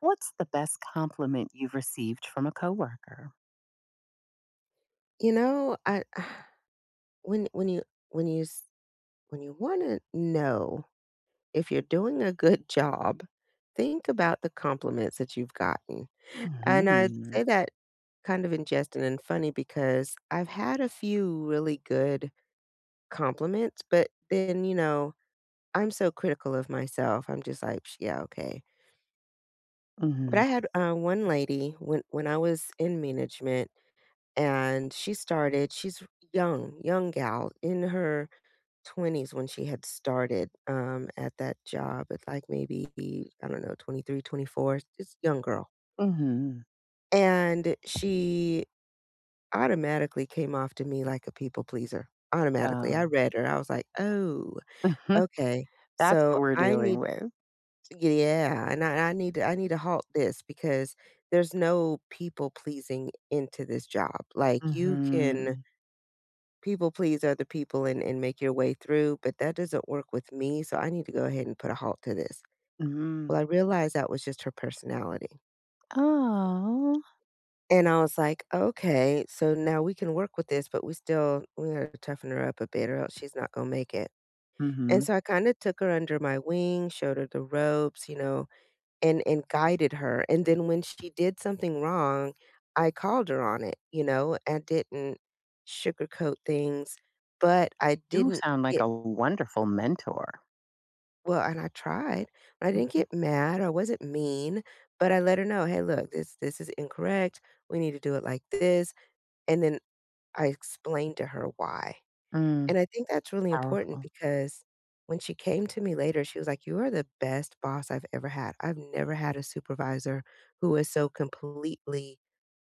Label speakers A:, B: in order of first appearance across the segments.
A: What's the best compliment you've received from a coworker?
B: I when when you when you s when you wanna know if you're doing a good job, think about the compliments that you've gotten, and I
A: Mhm.
B: say that kind of in jest and in funny because I've had a few really good compliments, but then, I'm so critical of myself, I'm just like, "Sh yeah, okay." But
A: Mhm.
B: I had, one lady when I was in management and she's young, young gal in her 20s when she had started, at that job at, like, maybe, I don't know, 23, 24. 24, this young girl,
A: Mhm.
B: and she automatically came off to me like a people pleaser, automatically. I
A: Oh.
B: read her, I was like, "Oh, okay,
A: That's
B: so
A: what we're
B: I
A: dealing
B: need."
A: with.
B: Yeah, and I need to I need to halt this because there's no people pleasing into this job, like, you can
A: Mhm.
B: people please other people and make your way through, but that doesn't work with me, so I need to go ahead and put a halt to this. Well,
A: Mhm.
B: I realized that was just her personality.
A: Oh.
B: And I was like, okay, so now we can work with this, but we gotta toughen her up a bit or else she's not gonna make it. And
A: Mhm.
B: so I kind of took her under my wing, showed her the ropes, you know, and guided her. And then when she did something wrong, I called her on it, you know, I didn't sugarcoat things, but I
A: You
B: didn't
A: sound like
B: get
A: a wonderful mentor.
B: Well, and I tried. I didn't
A: Mhm.
B: get mad, I wasn't mean, but I let her know, "Hey, look, this is incorrect. We need to do it like this." And then I explained to her why.
A: Mm,
B: And I think that's really important
A: powerful.
B: because when she came to me later, she was like, "You are the best boss I've ever had. I've never had a supervisor who is so completely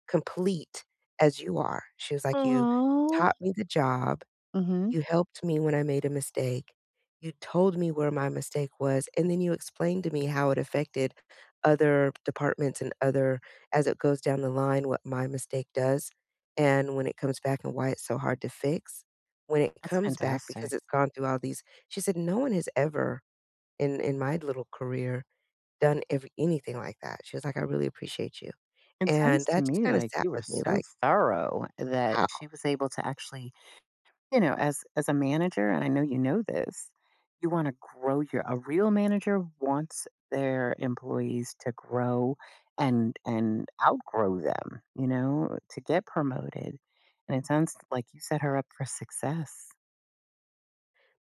B: complete as you are." She was like, "You
A: Aw.
B: taught me the job.
A: Mhm.
B: You helped me when I made a mistake. You told me where my mistake was, and then you explained to me how it affected other departments and other as it goes down the line, what my mistake does, and when it comes back and why it's so hard to fix. When it
A: That's
B: comes back because
A: fantastic.
B: it's gone through all these." She said, "No one has ever in my little career done every anything like that." She was like, "I really appreciate you."
A: It
B: And
A: sounds to
B: that just
A: me
B: kinda
A: like
B: sat
A: you were
B: with me
A: so
B: like,
A: thorough that she
B: "Wow."
A: was able to actually. You know, as a manager, and I know you know this, you wanna grow your a real manager wants their employees to grow and outgrow them, you know, to get promoted, and it sounds like you set her up for success.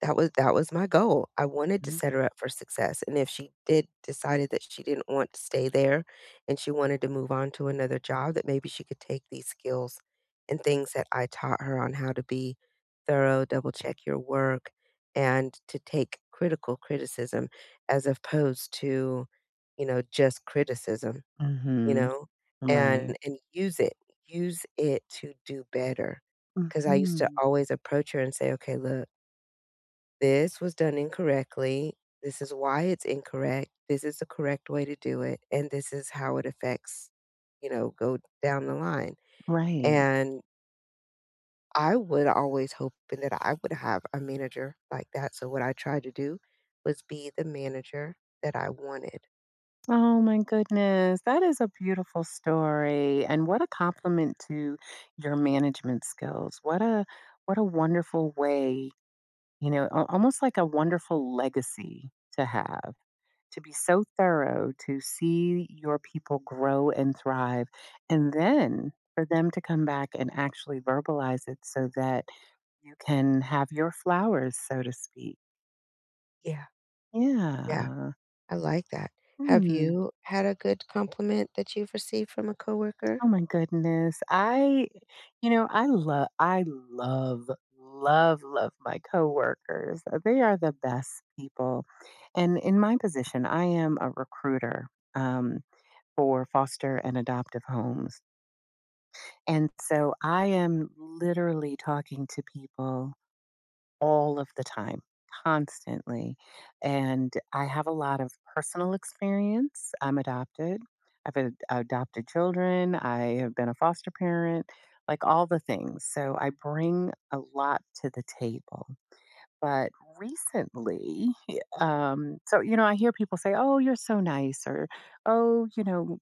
B: That was my goal. I wanted to
A: Mm
B: set her up for success, and if she did decided that she didn't want to stay there and she wanted to move on to another job, that maybe she could take these skills and things that I taught her on how to be thorough, double check your work, and to take critical criticism as opposed to, you know, just criticism, you
A: mhm,
B: know,
A: right.
B: and use it to do better. Because I used to
A: Mhm,
B: always approach her and say, "Okay, look, this was done incorrectly. This is why it's incorrect. This is the correct way to do it, and this is how it affects, you know, go down the line."
A: right.
B: And I would always hoping that I would have a manager like that, so what I tried to do was be the manager that I wanted.
A: Oh my goodness, that is a beautiful story, and what a compliment to your management skills. What a wonderful way. You know, al almost like a wonderful legacy to have, to be so thorough, to see your people grow and thrive, and then for them to come back and actually verbalize it so that you can have your flowers, so to speak.
B: Yeah, yeah,
A: Yeah.
B: I like that. Have
A: Hmm.
B: you had a good compliment that you've received from a coworker?
A: Oh my goodness. I you know, I love love love my coworkers. They are the best people. And in my position, I am a recruiter um, for foster and adoptive homes. And so I am literally talking to people all of the time, constantly. And I have a lot of personal experience. I'm adopted. I've adopted children. I have been a foster parent, like all the things. So I bring a lot to the table. But recently, so, I hear people say, oh, you're so nice, or oh,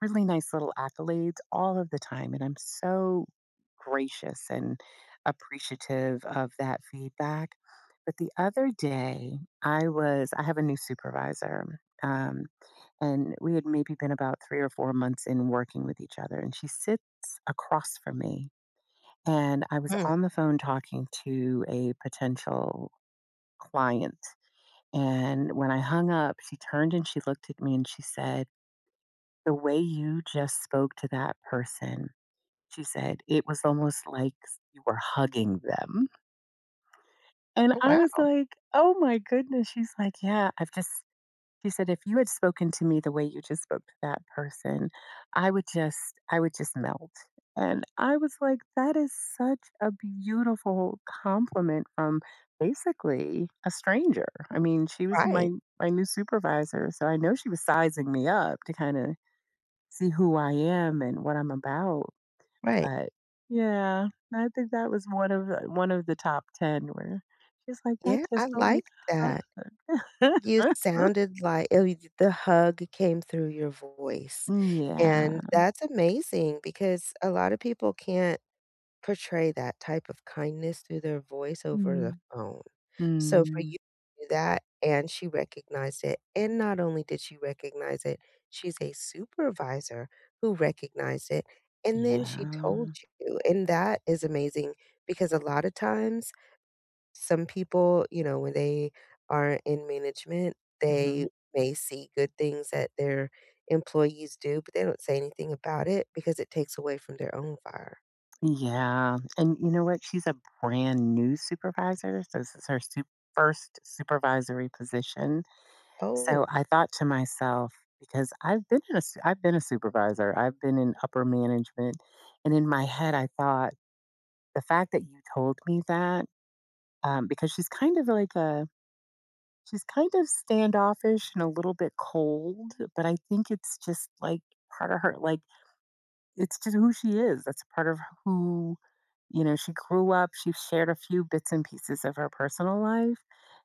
A: really nice little accolades all of the time. And I'm so gracious and appreciative of that feedback. But the other day, I have a new supervisor. And we had maybe been about 3 or 4 months in working with each other. And she sits across from me. And I was
B: Mm,
A: on the phone talking to a potential client. And when I hung up, she turned and she looked at me and she said, "The way you just spoke to that person," she said, "it was almost like you were hugging them." And
B: oh,
A: I
B: wow,
A: was like, "Oh my goodness." She's like, "Yeah, I've just," she said, "if you had spoken to me the way you just spoke to that person, I would just melt." And I was like, "That is such a beautiful compliment from basically a stranger." I mean, she was
B: right,
A: my new supervisor, so I know she was sizing me up to kind of see who I am and what I'm about.
B: right.
A: But yeah, I think that was one of the top 10 where she's like, "That
B: Yeah, I
A: just felt
B: like
A: like
B: that.
A: a"
B: You sounded like oh, you the hug came through your voice, and
A: Yeah.
B: that's amazing because a lot of people can't portray that type of kindness through their voice over the
A: Mm.
B: phone. So for
A: Mm.
B: you to do that and she recognized it, and not only did she recognize it, she's a supervisor who recognized it, and then she told
A: Yeah.
B: you, and that is amazing because a lot of times some people, you know, when they are in management,
A: Mhm.
B: they may see good things that their employees do, but they don't say anything about it because it takes away from their own fire.
A: Yeah, and you know what? She's a brand new supervisor, so this is her su first supervisory position.
B: Oh,
A: So I thought to myself, because I've been a supervisor, I've been in upper management, and in my head, I thought, "The fact that you told me that," because she's kind of like a she's kind of standoffish and a little bit cold. But I think it's just like part of her. Like, it's just who she is. That's part of who you know she grew up, she shared a few bits and pieces of her personal life.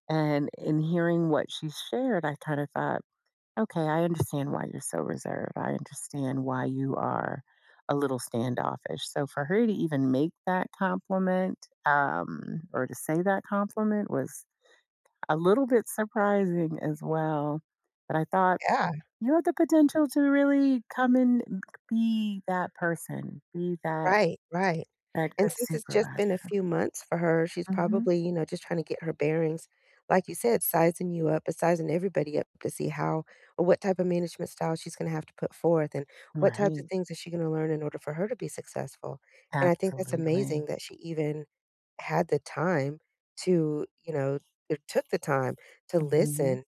A: And in hearing what she shared, I kind of thought, okay, I understand why you're so reserved, I understand why you are a little standoffish. So for her to even make that compliment, or to say that compliment, was a little bit surprising as well. But I thought,
B: yeah.
A: you have the potential to really come and be that person, be that
B: Right, right.
A: that
B: And
A: good
B: since it's just been a
A: supervisor.
B: few months for her, she's
A: Hmm.
B: probably, you know, just trying to get her bearings. Like you said, sizing you up, but sizing everybody up to see how or what type of management style she's going to have to put forth and what types of
A: Right.
B: things is she going to learn in order for her to be successful. And I think that's
A: Absolutely.
B: amazing that she even had the time to, you know, or took the time to
A: Hmm.
B: listen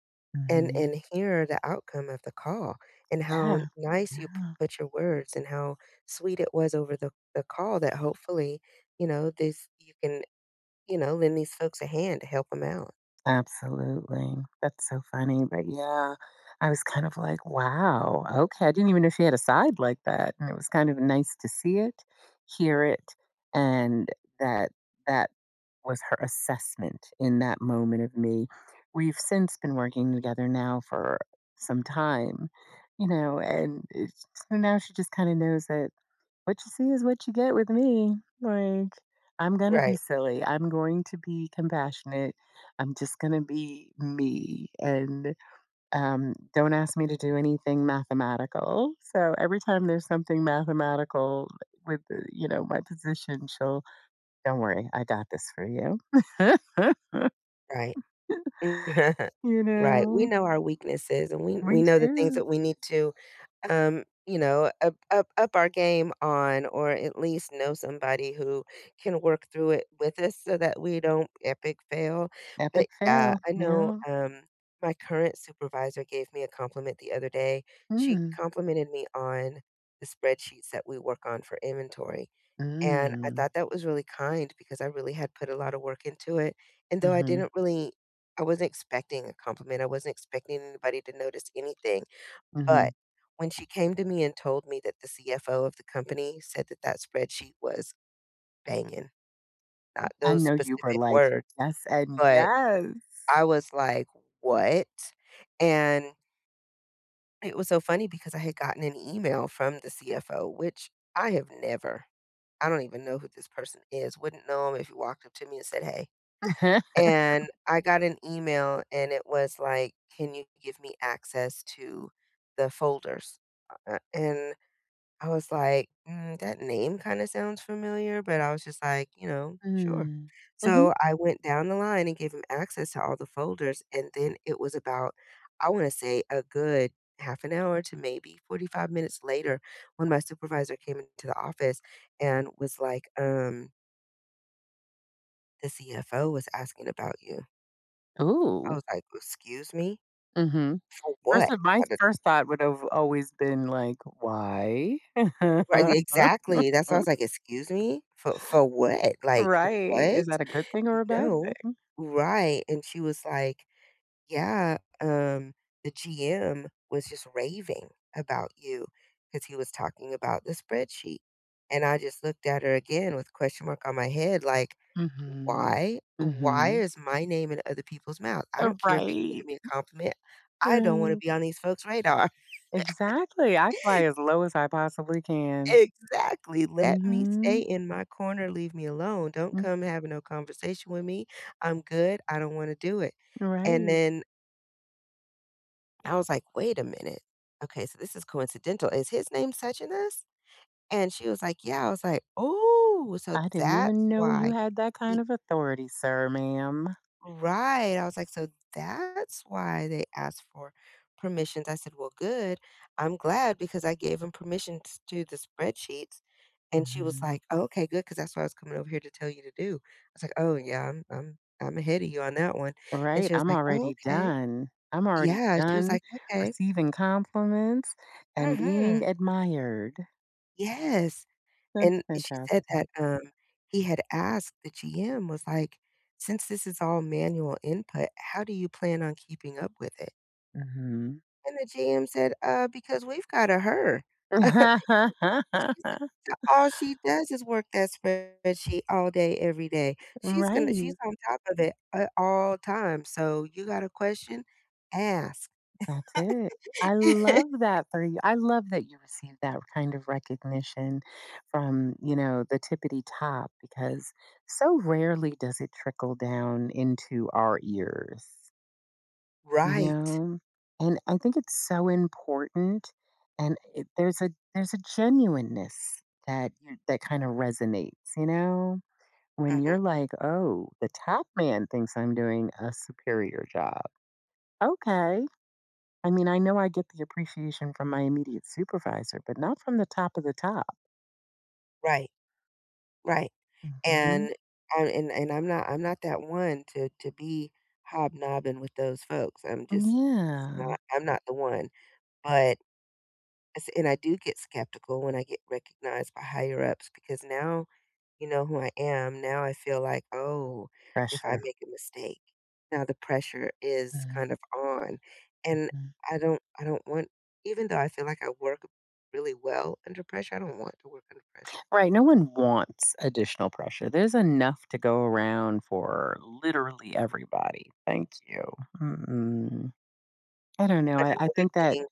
B: and
A: Hmm.
B: and hear the outcome of the call and how
A: Yeah.
B: nice you p-
A: Yeah.
B: put your words and how sweet it was over the call that hopefully, you know, this you can, you know, lend these folks a hand to help them out.
A: Absolutely. That's so funny. But yeah, I was kind of like, wow, okay. I didn't even know she had a side like that. And it was kind of nice to see it, hear it, and that that was her assessment in that moment of me. We've since been working together now for some time, you know, and so now she just kind of knows that what you see is what you get with me. Like, I'm going to be
B: Right,
A: silly. I'm going to be compassionate. I'm just going to be me. And don't ask me to do anything mathematical. So every time there's something mathematical my position, she'll don't worry, I got this for you.
B: right.
A: You
B: Right, we
A: know?
B: know our weaknesses and we
A: Me
B: know the things
A: too.
B: that we need to you know, up, up our game on, or at least know somebody who can work through it with us, so that we don't epic fail. But
A: Epic
B: yeah,
A: fail,
B: I know
A: yeah.
B: my current supervisor gave me a compliment the other day. She
A: Mm.
B: complimented me on the spreadsheets that we work on for inventory. And I
A: Mm.
B: thought that was really kind because I really had put a lot of work into it. And though I
A: Mhm,
B: didn't really, I wasn't expecting a compliment, I wasn't expecting anybody to notice anything.
A: mhm.
B: But when she came to me and told me that the CFO of the company said that that spreadsheet was banging, not
A: I
B: those
A: know you were
B: specific
A: like,
B: words,
A: "Yes and
B: but
A: yes."
B: I was like, "What?" And it was so funny because I had gotten an email from the CFO, which I have never I don't even know who this person is, wouldn't know him if he walked up to me and said, "Hey." And I got an email and it was like, "Can you give me access to the folders?" And I was like, "Mm, that name kinda sounds familiar," but I was just like, you know, "Sure."
A: Mm. Mhm.
B: So I went down the line and gave him access to all the folders, and then it was about, I wanna say, a good half an hour to maybe 45 minutes later when my supervisor came into the office and was like, "The CFO was asking about you."
A: Ooh,
B: I was like, "Excuse me?
A: mhm.
B: For
A: First
B: what?"
A: of my
B: I did-
A: first thought would have always been like, "Why?"
B: Right, exactly. That's why I was like, "Excuse me? For what? Like,
A: Right,
B: what?"
A: is that a good thing or a bad
B: No.
A: thing?
B: Right, and she was like, "Yeah, the GM was just raving about you because he was talking about the spreadsheet." And I just looked at her again with question mark on my head like,
A: Mhm,
B: "Why? Why
A: mhm.
B: is my name in other people's mouth? I
A: Uh,
B: don't care if you're
A: right,
B: giving me a compliment. I don't wanna
A: right.
B: be on these folks' radar."
A: Exactly, I fly as low as I possibly can.
B: Exactly. Let me stay
A: Mhm,
B: in my corner, leave me alone. Don't
A: mm,
B: come having no conversation with me. I'm good. I don't wanna do it. And
A: right.
B: then I was like, "Wait a minute. Okay, so this is coincidental. Is his name such and this?" And she was like, "Yeah." I was like, "Oh, so
A: I didn't
B: that's
A: even know you
B: why
A: had that kind
B: he"
A: of authority, sir, ma'am.
B: Right. I was like, "So that's why they asked for permissions." I said, "Well, good. I'm glad because I gave him permission to do the spreadsheets." And she was
A: Mhm.
B: like, oh, "Okay, good, because that's what I was coming over here to tell you to do." I was like, "Oh, yeah, I'm ahead of you on that one." And
A: Right,
B: she was
A: I'm
B: like, oh,
A: already
B: "Okay."
A: done. I'm already
B: Yeah, she was
A: done
B: like, "Okay."
A: receiving compliments and being
B: Mhm.
A: admired.
B: Yes.
A: That's
B: And she said that,
A: fantastic.
B: he had asked the GM was like, "Since this is all manual input, how do you plan on keeping up with it?"
A: Mhm.
B: And the GM said, because we've got a her. She's all she does is work that spreadsheet all day, every day. She's
A: Right.
B: on top of it at all times, so you got a question? Ask."
A: That's it. I love that for you. I love that you received that kind of recognition from the tippity top because so rarely does it trickle down into our ears, you
B: Right.
A: know? And I think it's so important and there's a genuineness that that kind of resonates, you know? When
B: Mhm.
A: you're like, "Oh, the top man thinks I'm doing a superior job." Okay. I mean, I know I get the appreciation from my immediate supervisor, but not from the top of the top.
B: Right. Right,
A: Hmm.
B: and I and I'm not that one to be hobnobbing with those folks. I'm just it's
A: Yeah.
B: not I'm not the one, but it's and I do get skeptical when I get recognized by higher ups because now you know who I am. Now I feel like, "Oh, if I
A: Pressure.
B: make a mistake." Now the pressure is kind
A: Mhm.
B: of on, and I don't want even though I feel like I work really well under pressure, I don't want to work under pressure.
A: Right. No one wants additional pressure. There's enough to go around for literally everybody. Thank you. Mm-mm. I don't know.
B: But
A: I
B: another
A: think that,
B: thing.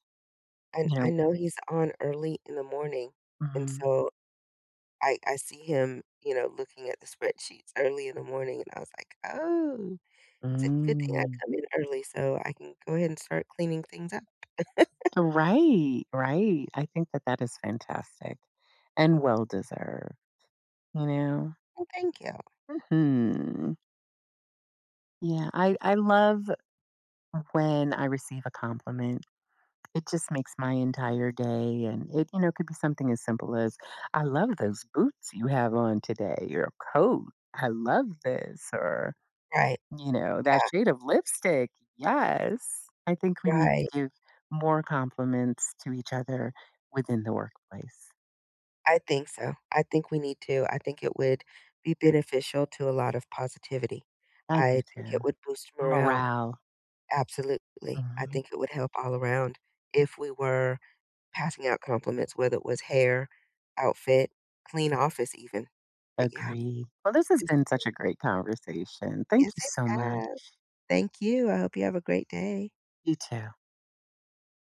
B: And
A: you
B: I
A: know,
B: know he's on early in the morning, and
A: mhm.
B: so I see him, you know, looking at the spreadsheets early in the morning, and I was like, "Oh, it's a good thing I
A: Mm.
B: come in early so I can go ahead and start cleaning things up.
A: Right, right. I think that that is fantastic and well deserved, you know?
B: Well, thank you."
A: Hmm. Yeah. I love when I receive a compliment, it just makes my entire day. And it, could be something as simple as, I love those boots you have on today, your coat. I love this. Or,
B: Right.
A: you know, that
B: Yeah,
A: shade of lipstick. Yes. I think we need to
B: right.
A: give more compliments to each other within the workplace.
B: I think so. I think we need to. I think it would be beneficial to a lot of positivity.
A: I do
B: I think
A: too.
B: it would boost morale.
A: Morale.
B: Absolutely. I
A: Mhm.
B: think it would help all around if we were passing out compliments, whether it was hair, outfit, clean office even. But yeah,
A: Agreed. Well, this has
B: this
A: been such a great conversation. Thank
B: yes,
A: you
B: it
A: so much.
B: has. Thank you. I hope you have a great day.
A: You too.